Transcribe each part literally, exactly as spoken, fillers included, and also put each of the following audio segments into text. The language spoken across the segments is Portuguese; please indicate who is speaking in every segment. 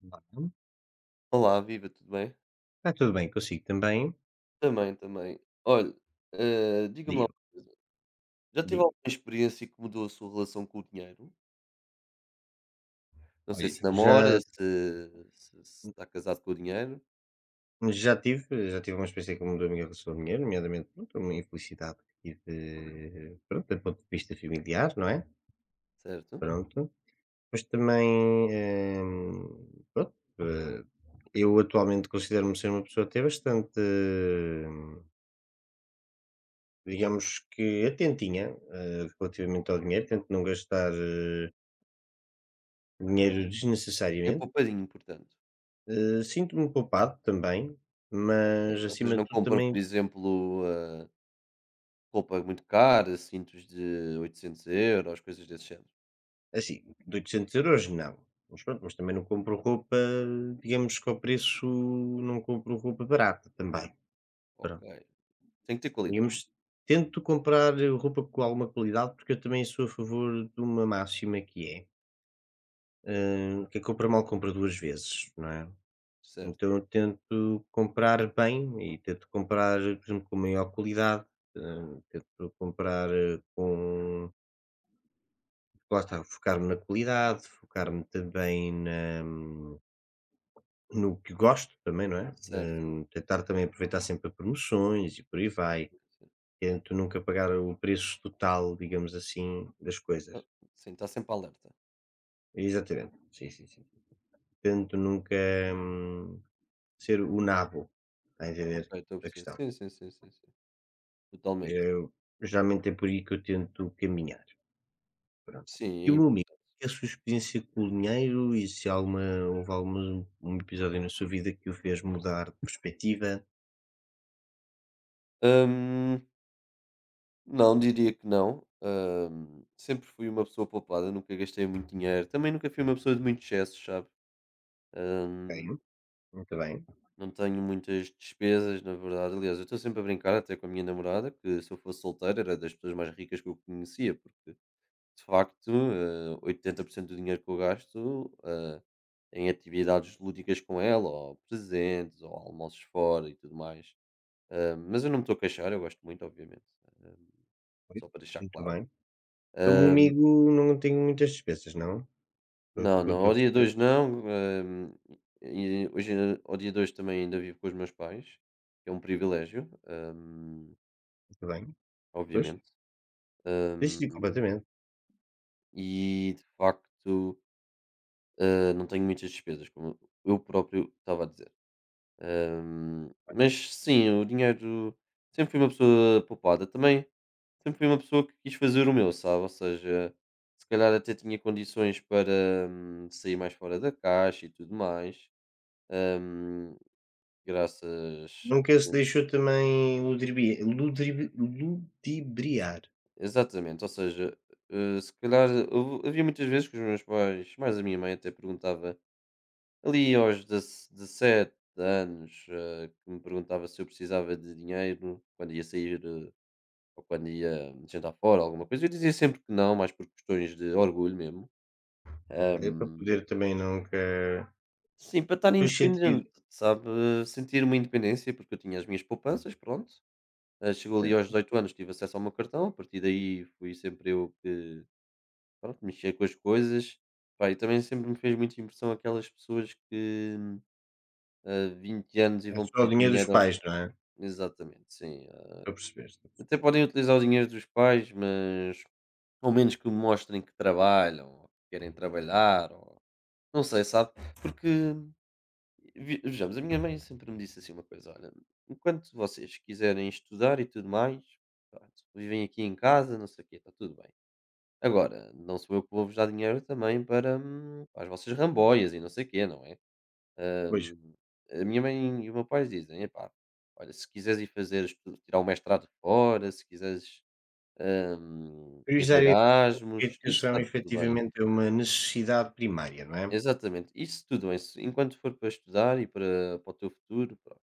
Speaker 1: Não,
Speaker 2: Olá, viva, tudo bem?
Speaker 1: está tudo bem consigo também?
Speaker 2: Também, também. Olha, eh, diga-me lá,
Speaker 1: Diga-me,
Speaker 2: já teve alguma
Speaker 1: diga.
Speaker 2: experiência que mudou a sua relação com o dinheiro? Não sei
Speaker 1: Olha,
Speaker 2: se namora,
Speaker 1: já
Speaker 2: se, se- se está casado com o dinheiro,
Speaker 1: já tive já tive uma experiência que mudou a minha relação com dinheiro, nomeadamente, pronto, uma infelicidade que tive, pronto, do ponto de vista familiar, não é,
Speaker 2: certo?
Speaker 1: pronto. Mas também, eh, pronto, eh, eu atualmente considero-me ser uma pessoa até bastante, eh, digamos que atentinha, eh, relativamente ao dinheiro, tento não gastar, eh, dinheiro
Speaker 2: É
Speaker 1: desnecessariamente.
Speaker 2: poupadinho, portanto.
Speaker 1: Eh, sinto-me poupado também,
Speaker 2: Ok.
Speaker 1: mas
Speaker 2: Ou seja,
Speaker 1: acima
Speaker 2: não
Speaker 1: de tudo
Speaker 2: compra, por
Speaker 1: também,
Speaker 2: exemplo, eh, roupa muito cara, cintos de oitocentos euros, coisas desse género.
Speaker 1: assim, de oitocentos euros € não. Mas pronto, mas também não compro roupa, digamos que ao preço, não compro roupa barata também.
Speaker 2: Ok.
Speaker 1: Pronto.
Speaker 2: Tem que ter qualidade,
Speaker 1: Digamos, tento comprar roupa com alguma qualidade, porque eu também sou a favor de uma máxima que é, eh, quem compra mal compra duas vezes, não é?
Speaker 2: certo?
Speaker 1: Então eu tento comprar bem e tento comprar, por exemplo, com maior qualidade, eh, tento comprar eh, com. Lá está, focar-me na qualidade, focar-me também na hum, no que gosto também, não é?
Speaker 2: Certo.
Speaker 1: Hum, tentar também aproveitar sempre promoções e por aí
Speaker 2: Sim,
Speaker 1: vai.
Speaker 2: sim, sim.
Speaker 1: Tento nunca pagar o preço total, digamos assim, das coisas.
Speaker 2: Ah, sim, está sempre alerta.
Speaker 1: Exatamente. Sim, sim, sim. Tento nunca, hum, ser o nabo, está a
Speaker 2: Ok,
Speaker 1: entender
Speaker 2: estou a
Speaker 1: a
Speaker 2: perceber.
Speaker 1: questão.
Speaker 2: Sim, sim, sim, sim, sim. Totalmente.
Speaker 1: Eu, geralmente é por aí que eu tento caminhar. Pronto. E o
Speaker 2: Sim,
Speaker 1: meu
Speaker 2: é.
Speaker 1: amigo, a sua experiência com o dinheiro e se alguma houve alguma um episódio na sua vida que o fez mudar de perspectiva?
Speaker 2: Hum, não, diria que não. Hum, sempre fui uma pessoa poupada, nunca gastei muito dinheiro. Também nunca fui uma pessoa de muitos excessos, sabe? Hum,
Speaker 1: Ok, muito bem,
Speaker 2: não tenho muitas despesas, na verdade. Aliás, eu estou sempre a brincar até com a minha namorada, que se eu fosse solteiro era das pessoas mais ricas que eu conhecia, porque de facto, eh, oitenta por cento do dinheiro que eu gasto, eh, em atividades lúdicas com ela, ou presentes, ou almoços fora e tudo mais. Hum, mas eu não me estou a queixar, eu gosto muito, obviamente. Hum,
Speaker 1: pois,
Speaker 2: só para deixar
Speaker 1: muito
Speaker 2: claro.
Speaker 1: bem. O meu
Speaker 2: Hã,
Speaker 1: amigo não tem muitas despesas, não? Pelo que
Speaker 2: não,
Speaker 1: eu
Speaker 2: não,
Speaker 1: estou a
Speaker 2: ao dia
Speaker 1: perceber,
Speaker 2: dois não, hã, e hoje eh, ao dia dois também ainda vivo com os meus pais, que é um privilégio, hã,
Speaker 1: muito bem. Pois,
Speaker 2: obviamente, hã,
Speaker 1: decidi completamente.
Speaker 2: e de facto, hã, não tenho muitas despesas, como eu próprio estava a dizer. Hã, mas sim, o dinheiro sempre fui uma pessoa poupada, também sempre fui uma pessoa que quis fazer o meu, sabe, ou seja, se calhar até tinha condições para hum, sair mais fora da caixa e tudo mais. Hum, graças à
Speaker 1: Nunca se
Speaker 2: comida.
Speaker 1: deixou também ludibri- ludibri- ludibriar,
Speaker 2: Exatamente, ou seja, eh, se calhar houve- havia muitas vezes que os meus pais, mais a minha mãe até perguntava, ali aos dezassete anos, eh, que me perguntava se eu precisava de dinheiro quando ia sair eh, ou quando ia jantar fora, alguma coisa. Eu dizia sempre que não, mais por questões de orgulho mesmo.
Speaker 1: ok? Para
Speaker 2: Hum,
Speaker 1: poder também nunca
Speaker 2: sim, para estar
Speaker 1: pois sentir,
Speaker 2: independente, sabe? Sentir uma independência, porque eu tinha as minhas poupanças, pronto. Eh, chegou ali aos
Speaker 1: certo?
Speaker 2: dezoito anos, tive acesso ao meu cartão, a partir daí fui sempre eu que pronto, mexia com as coisas. Pá, e também sempre me fez muita impressão aquelas pessoas que a vinte anos e
Speaker 1: É
Speaker 2: vão
Speaker 1: só o
Speaker 2: pedir
Speaker 1: dinheiro dos
Speaker 2: dinheiro. ao-
Speaker 1: pais, não é?
Speaker 2: Exatamente, sim. Ah.
Speaker 1: Estou a perceber, estou a
Speaker 2: Até
Speaker 1: perceber.
Speaker 2: podem utilizar o dinheiro dos pais, mas ao menos que mostrem que trabalham, ou que querem trabalhar, ou não sei, sabe? Porque Ve vejamos, a minha mãe sempre me disse assim uma coisa: "Olha, enquanto vocês quiserem estudar e tudo mais, pronto, vivem aqui em casa, não sei o quê, está tudo bem. Agora, não sou eu que vou vos dar dinheiro também para, hum, para as vossas ramboias e não sei o quê, não é?"
Speaker 1: Pois.
Speaker 2: Hum, a minha mãe e o meu pai dizem: "Epá, olha, se quiseres ir fazer estu tirar o mestrado fora, se quiseres, hum, ir de
Speaker 1: Priorizar a
Speaker 2: Erasmus, isso
Speaker 1: educação
Speaker 2: está tudo bem.
Speaker 1: efetivamente é uma necessidade primária, não é?
Speaker 2: Exatamente, isso tudo bem, se enquanto for para estudar e para para o teu futuro, pronto.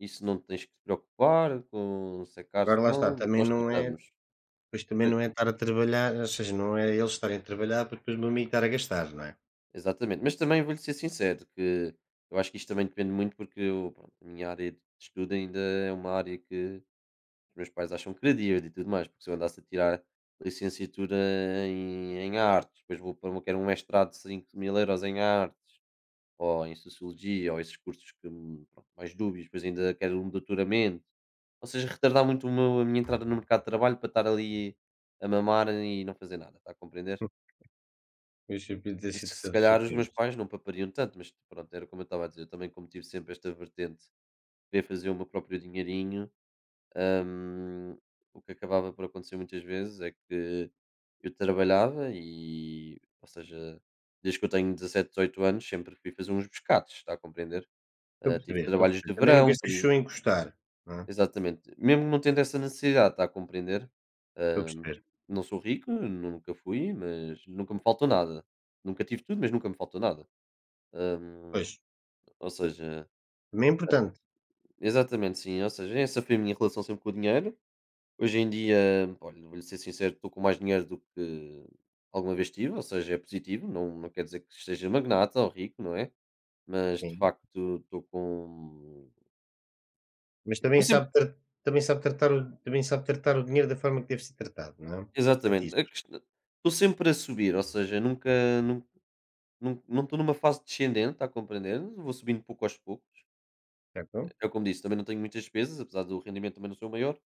Speaker 2: Isso não tens que te preocupar com secar,
Speaker 1: Agora lá está,
Speaker 2: não
Speaker 1: também
Speaker 2: nós
Speaker 1: não é
Speaker 2: tratamos.
Speaker 1: pois também
Speaker 2: Pois,
Speaker 1: não é estar a trabalhar, ou seja, não é eles estarem a trabalhar para depois o meu amigo estar a gastar, não é?
Speaker 2: exatamente, mas também vou-lhe ser sincero que eu acho que isto também depende muito porque eu, pronto, a minha área de estudo ainda é uma área que os meus pais acham credível e tudo mais, porque se eu andasse a tirar licenciatura em em artes, depois vou para uma quero um mestrado de cinco mil euros em artes, ou em Sociologia, ou esses cursos que, hum, pronto, mais dúbios, depois ainda quero um doutoramento. Ou seja, retardar muito o meu a minha entrada no mercado de trabalho para estar ali a mamar e não fazer nada, está a compreender?
Speaker 1: Deixa eu ter
Speaker 2: Isso
Speaker 1: sido
Speaker 2: se
Speaker 1: certo o
Speaker 2: calhar
Speaker 1: seu
Speaker 2: os meus
Speaker 1: termo. Sim.
Speaker 2: pais não papariam tanto, mas pronto, era como eu estava a dizer, eu também como tive sempre esta vertente, querer fazer o meu próprio dinheirinho, hum, o que acabava por acontecer muitas vezes é que eu trabalhava e, ou seja, desde que eu tenho dezassete, dezoito anos, sempre fui fazer uns pescados, está a compreender?
Speaker 1: Estou a
Speaker 2: Ah, tive
Speaker 1: perceber, estou a
Speaker 2: trabalhos de
Speaker 1: perceber. Também nunca
Speaker 2: verão,
Speaker 1: se
Speaker 2: por exe
Speaker 1: deixou encostar, não é?
Speaker 2: exatamente. Mesmo não tendo essa necessidade, está a compreender?
Speaker 1: Estou a
Speaker 2: Hã,
Speaker 1: perceber.
Speaker 2: não sou rico, nunca fui, mas nunca me faltou nada. Nunca tive tudo, mas nunca me faltou nada. Hum,
Speaker 1: Pois,
Speaker 2: ou seja
Speaker 1: também é importante,
Speaker 2: exatamente, sim, ou seja, essa foi a minha relação sempre com o dinheiro. Hoje em dia, olha, vou-lhe ser sincero, estou com mais dinheiro do que alguma vez tive, ou seja, é positivo, não não quer dizer que seja magnata ou rico, não é? Mas de
Speaker 1: sim.
Speaker 2: facto estou com.
Speaker 1: Mas também sabe, tra- também sabe tratar o, também sabe tratar o dinheiro da forma que deve ser tratado, não é? Portanto,
Speaker 2: Exatamente.
Speaker 1: isso,
Speaker 2: A ques Estou sempre a subir, ou seja, nunca nun nun não estou numa fase descendente, está a compreender? Vou subindo pouco aos poucos.
Speaker 1: certo?
Speaker 2: É como disse, também não tenho muitas despesas, apesar do rendimento também não ser o maior.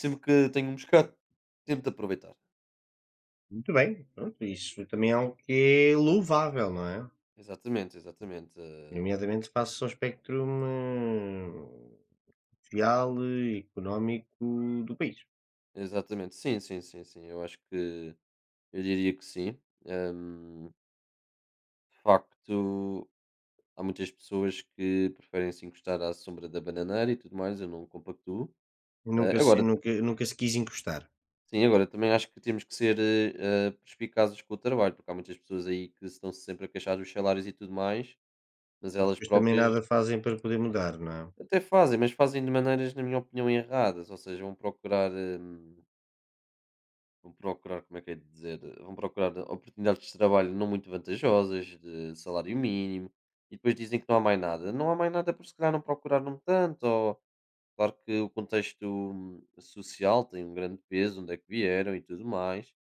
Speaker 2: Sempre que tenho um bocado, tento de aproveitar.
Speaker 1: Muito bem, pronto, isso também é algo que é louvável, não é?
Speaker 2: Exatamente, exatamente. Eh,
Speaker 1: Nomeadamente face ao espectro, hum, social e económico do país.
Speaker 2: exatamente. Sim, sim, sim, sim. Eu acho que eu diria que sim. Hum, de facto, há muitas pessoas que preferem se encostar à sombra da bananeira e tudo mais, eu não compactuo.
Speaker 1: Nunca
Speaker 2: Eh,
Speaker 1: se
Speaker 2: agora
Speaker 1: nunca nunca se quis encostar,
Speaker 2: Sim, agora também acho que temos que ser eh, eh, perspicazes com o trabalho, porque há muitas pessoas aí que estão sempre a queixar dos salários e tudo mais, mas
Speaker 1: mas
Speaker 2: elas
Speaker 1: depois também
Speaker 2: próprias
Speaker 1: nada fazem para poder mudar, não é?
Speaker 2: até fazem, mas fazem de maneiras, na minha opinião, erradas, ou seja, vão procurar, hum, vão procurar, como é que é de dizer, vão procurar oportunidades de trabalho não muito vantajosas, de salário mínimo, e depois dizem que não há mais nada. Não há mais nada porque se calhar não procuraram tanto, ou claro que o contexto hum, social tem um grande peso, onde é que vieram e tudo mais,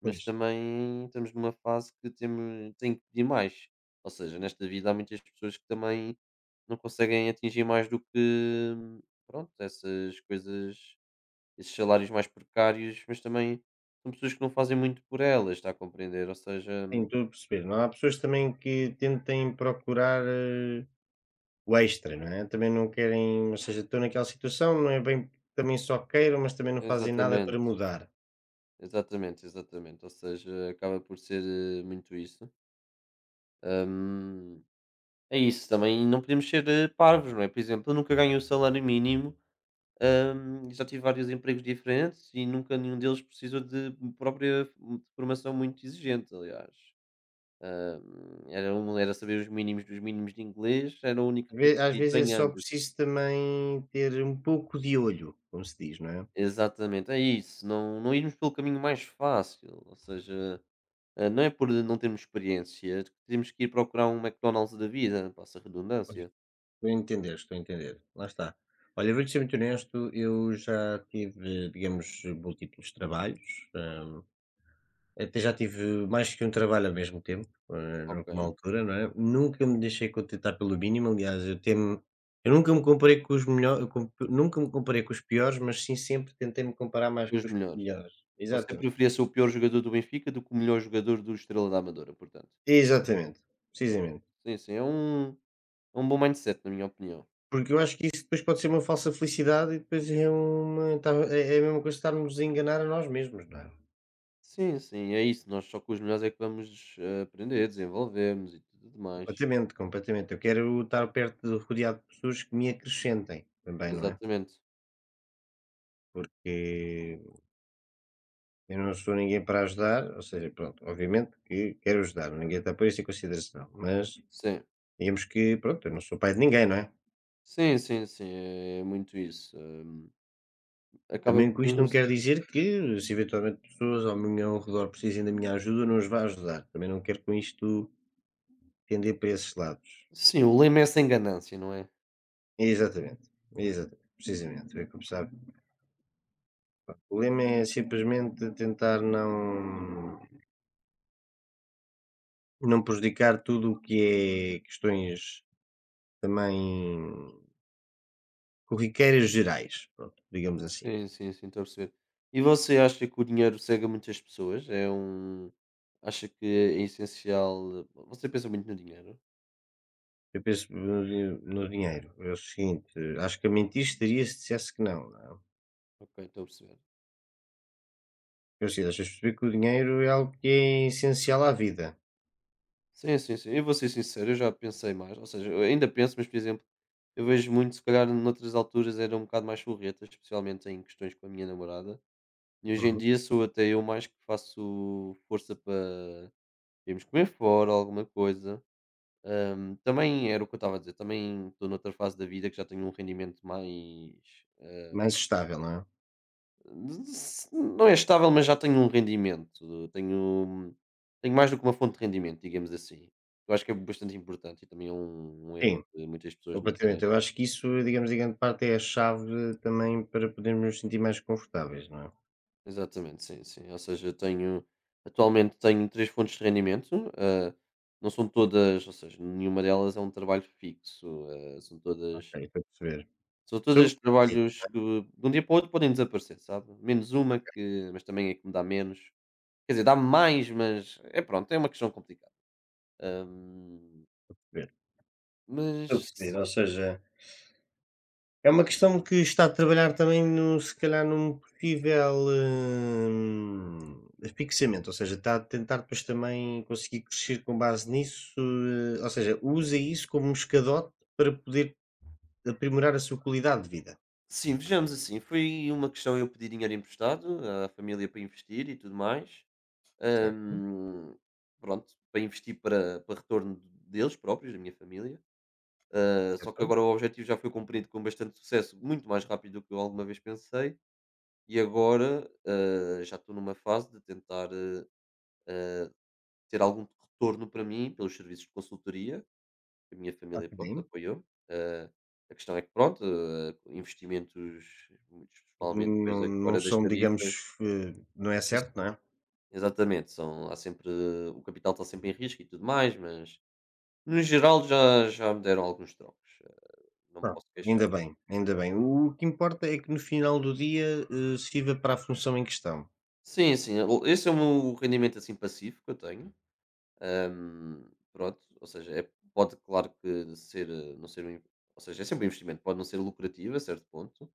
Speaker 2: mas
Speaker 1: Pois,
Speaker 2: também estamos numa fase que temos, tem que pedir mais. Ou seja, nesta vida há muitas pessoas que também não conseguem atingir mais do que pronto, essas coisas, esses salários mais precários, mas também são pessoas que não fazem muito por elas, está a compreender? Ou seja,
Speaker 1: tentou perceber, não há pessoas também que tentem procurar, eh, o extra, não é? Também não querem ou seja, estão naquela situação, não é bem que também só queiram, mas também não fazem nada para
Speaker 2: exatamente,
Speaker 1: mudar.
Speaker 2: exatamente, exatamente. Ou seja, acaba por ser eh, muito isso. Hum, é isso, também não podemos ser eh, parvos, não é? Por exemplo, eu nunca ganhei o salário mínimo. Hum, já tive vários empregos diferentes e nunca nenhum deles precisou de própria f- de formação muito exigente, aliás. Hum, Era, um, era saber os mínimos dos mínimos de inglês, era o único
Speaker 1: Às ve às
Speaker 2: requisito
Speaker 1: vezes é
Speaker 2: em
Speaker 1: só
Speaker 2: ambos.
Speaker 1: preciso também ter um pouco de olho, como se diz, não é?
Speaker 2: Exatamente, é isso. Não, não irmos pelo caminho mais fácil, ou seja, eh, não é por não termos experiência, temos que ir procurar um McDonald's da vida, passa a redundância.
Speaker 1: Estou a entender, estou a entender. Lá está. Olha, eu vou-te ser muito honesto, eu já tive, digamos, múltiplos trabalhos, hum, até já tive mais que um trabalho ao mesmo tempo, eh,
Speaker 2: Ok.
Speaker 1: numa altura, não é? Nunca me deixei contentar pelo mínimo, aliás, eu temo, eu nunca me comparei com os melhores, nunca me comparei com os piores, mas sim sempre tentei me comparar mais
Speaker 2: Os
Speaker 1: com os
Speaker 2: melhores.
Speaker 1: melhores.
Speaker 2: Você
Speaker 1: Exatamente.
Speaker 2: preferia ser o pior jogador do Benfica do que o melhor jogador do Estrela da Amadora, portanto.
Speaker 1: Exatamente,
Speaker 2: Ok.
Speaker 1: precisamente.
Speaker 2: Sim, sim, é um, é um bom mindset, na minha opinião.
Speaker 1: Porque eu acho que isso depois pode ser uma falsa felicidade e depois é uma. tá- É é a mesma coisa que estarmos a enganar a nós mesmos, não é?
Speaker 2: Sim, sim, é isso. Nós só com os melhores é que vamos eh, aprender, desenvolvermos e tudo mais.
Speaker 1: Completamente, completamente. Eu quero estar perto de rodeado de pessoas que me acrescentem também, não é?
Speaker 2: Exatamente.
Speaker 1: Porque eu não sou ninguém para ajudar, ou seja, pronto, obviamente que quero ajudar, ninguém está por isso em consideração, mas
Speaker 2: Sim,
Speaker 1: digamos que, pronto, eu não sou pai de ninguém, não é?
Speaker 2: sim, sim, sim, é muito isso. Hum, acaba
Speaker 1: Também com isto
Speaker 2: por.
Speaker 1: não quer dizer que se eventualmente pessoas ao meu ao redor precisem da minha ajuda, eu não os vá ajudar. Também não quero com isto tender para esses lados.
Speaker 2: Sim, o lema é sem ganância, não é?
Speaker 1: Exatamente, exatamente, precisamente. É como sabe. O problema é simplesmente tentar não. Não prejudicar tudo o que é questões também corriqueiras gerais, pronto, digamos assim.
Speaker 2: Sim, sim, sim, estou a perceber. E você acha que o dinheiro cega muitas pessoas? É um. Acha que é essencial. Você pensa muito no dinheiro?
Speaker 1: Eu penso no din no dinheiro, é o seguinte, acho que eu mentiria se dissesse que não, não é?
Speaker 2: Ok, estou a perceber.
Speaker 1: Porque assim, deixas perceber que o dinheiro é algo que é essencial à vida,
Speaker 2: Sim, sim, sim. Eu vou ser sincero, eu já pensei mais. Ou seja, eu ainda penso, mas por exemplo, eu vejo muito, se calhar noutras alturas era um bocado mais forreta, especialmente em questões com a minha namorada. E hoje em
Speaker 1: uhum,
Speaker 2: dia sou até eu mais que faço força para irmos comer fora, alguma coisa. Ahm, também era o que eu estava a dizer, também estou noutra fase da vida que já tenho um rendimento mais.
Speaker 1: mais estável, não é?
Speaker 2: Não é estável, mas já tenho um rendimento. Tenho, tenho mais do que uma fonte de rendimento, digamos assim. Eu acho que é bastante importante e também é um, um erro
Speaker 1: Sim,
Speaker 2: de muitas pessoas não terem.
Speaker 1: completamente. Eu acho que isso, digamos, em grande parte é a chave também para podermos nos sentir mais confortáveis, não é?
Speaker 2: Exatamente, sim, sim. Ou seja, eu tenho atualmente tenho três fontes de rendimento. Ah, não são todas, ou seja, nenhuma delas é um trabalho fixo. Ah, são
Speaker 1: Ok,
Speaker 2: todas
Speaker 1: estou a perceber.
Speaker 2: são
Speaker 1: Sou um
Speaker 2: todas
Speaker 1: bocado assim,
Speaker 2: trabalhos
Speaker 1: não é?
Speaker 2: que
Speaker 1: Estou a
Speaker 2: de um dia para o outro podem desaparecer, sabe? Menos uma que, mas também é que me dá menos. Quer dizer, dá mais, mas é pronto, é uma questão complicada. Ahm,
Speaker 1: perceber. Estou a perceber.
Speaker 2: mas
Speaker 1: Ou seja, é uma questão que está a trabalhar também no se calhar num possível, hum, fixamento, ou seja, está a tentar depois também conseguir crescer com base nisso, eh, ou seja, usa isso como um escadote para poder aprimorar a sua qualidade de vida,
Speaker 2: sim, vejamos assim, foi uma questão eu pedir dinheiro emprestado à família para investir e tudo mais.
Speaker 1: certo?
Speaker 2: Ahm, pronto, para investir para, para retorno deles próprios, da minha família. Ah, só que
Speaker 1: Certo?
Speaker 2: agora o objetivo já foi cumprido com bastante sucesso, muito mais rápido do que eu alguma vez pensei. E agora ah, já estou numa fase de tentar ah, ah, ter algum retorno para mim pelos serviços de consultoria. A minha família, pronto,
Speaker 1: Ok.
Speaker 2: apoiou. Ah, a questão é que, pronto, ah, investimentos, principalmente depois
Speaker 1: Não
Speaker 2: da
Speaker 1: não
Speaker 2: fora das
Speaker 1: são, digamos,
Speaker 2: tarifas,
Speaker 1: eh, não é
Speaker 2: não se
Speaker 1: certo, não é?
Speaker 2: exatamente, são há sempre o capital está sempre em risco e tudo mais, mas no geral já já me deram alguns trocos, ah, não me
Speaker 1: Pronto,
Speaker 2: posso queixar.
Speaker 1: ainda bem, ainda bem. O que importa é que no final do dia, eh, sirva para a função em questão,
Speaker 2: Sim, sim, o esse é o meu rendimento, assim, passivo que eu tenho. Hum, pronto, ou seja, é pode, claro que ser eh, não ser um in, ou seja, é sempre um investimento, pode não ser lucrativo a certo ponto,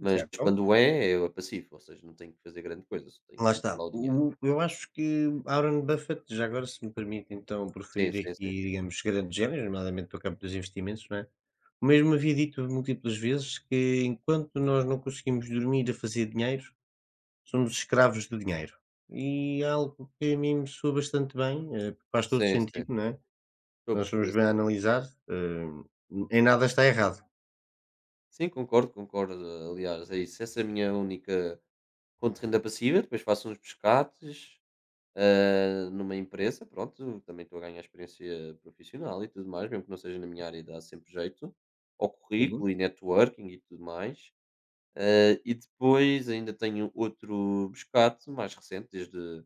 Speaker 2: mas
Speaker 1: certo?
Speaker 2: quando é, eu é passivo, ou seja, não tenho que fazer grande coisa, só tenho que
Speaker 1: Lá
Speaker 2: meter
Speaker 1: está.
Speaker 2: lá o dinheiro.
Speaker 1: O o Eu acho que Warren Buffett, já agora se me permite então
Speaker 2: Sim,
Speaker 1: preferir
Speaker 2: sim, sim.
Speaker 1: aqui, digamos, grandes géneros, nomeadamente do campo dos investimentos, não é? O mesmo havia dito múltiplas vezes que enquanto nós não conseguimos dormir a fazer dinheiro, somos escravos do dinheiro. E é algo que a mim me soa bastante bem, eh, faz todo
Speaker 2: Sim, sim.
Speaker 1: sentido, não é?
Speaker 2: Estou a
Speaker 1: Nós
Speaker 2: perceber,
Speaker 1: formos bem a
Speaker 2: sim.
Speaker 1: analisar, hum, em nada está errado.
Speaker 2: Sim, concordo, concordo. Aliás, é isso. Essa é a minha única fonte de renda passiva. Depois faço uns pescates ah, numa empresa, pronto, também estou a ganhar experiência profissional e tudo mais, mesmo que não seja na minha área, dá sempre jeito. Ao
Speaker 1: Sim,
Speaker 2: currículo e networking e tudo mais. Ah, e depois ainda tenho outro pescate mais recente, desde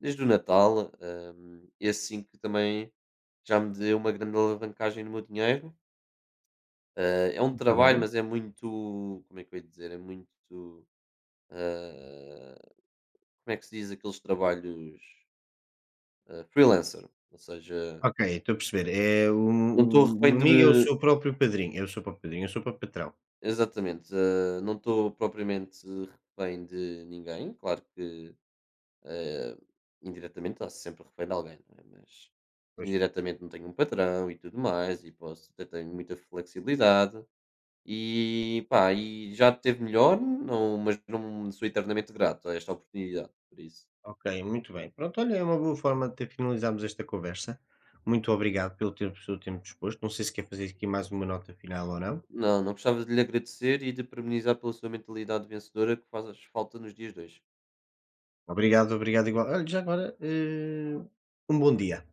Speaker 2: desde o Natal, hum, e assim que também já me deu uma grande alavancagem no meu dinheiro. Ah, é um
Speaker 1: muito
Speaker 2: trabalho,
Speaker 1: bem.
Speaker 2: mas é muito, como é que eu ia dizer, é muito, ah, como é que se diz aqueles trabalhos ah, freelancer, ou seja,
Speaker 1: Ok, estou a perceber. É, o
Speaker 2: não estou
Speaker 1: o o
Speaker 2: refém
Speaker 1: meu
Speaker 2: de,
Speaker 1: amigo é o seu próprio padrinho, é o seu próprio padrinho, é o seu próprio patrão.
Speaker 2: exatamente, ah, não estou propriamente refém de ninguém, claro que Eh, indiretamente está sempre a a alguém, não é? Mas indiretamente não tenho um patrão e tudo mais, e posso até tenho muita flexibilidade. E pá, e já teve melhor, não, mas não sou eternamente grato a esta oportunidade, por isso.
Speaker 1: Ok, muito bem. Pronto, olha, é uma boa forma de ter- finalizarmos esta conversa. Muito obrigado pelo tempo, pelo seu tempo disposto. Não sei se quer fazer aqui mais uma nota final ou não.
Speaker 2: Não, não gostava de lhe agradecer e de parabenizar pela sua mentalidade vencedora que faz falta nos dias de hoje.
Speaker 1: Obrigado, obrigado igual. Olha, já agora, eh, um bom dia.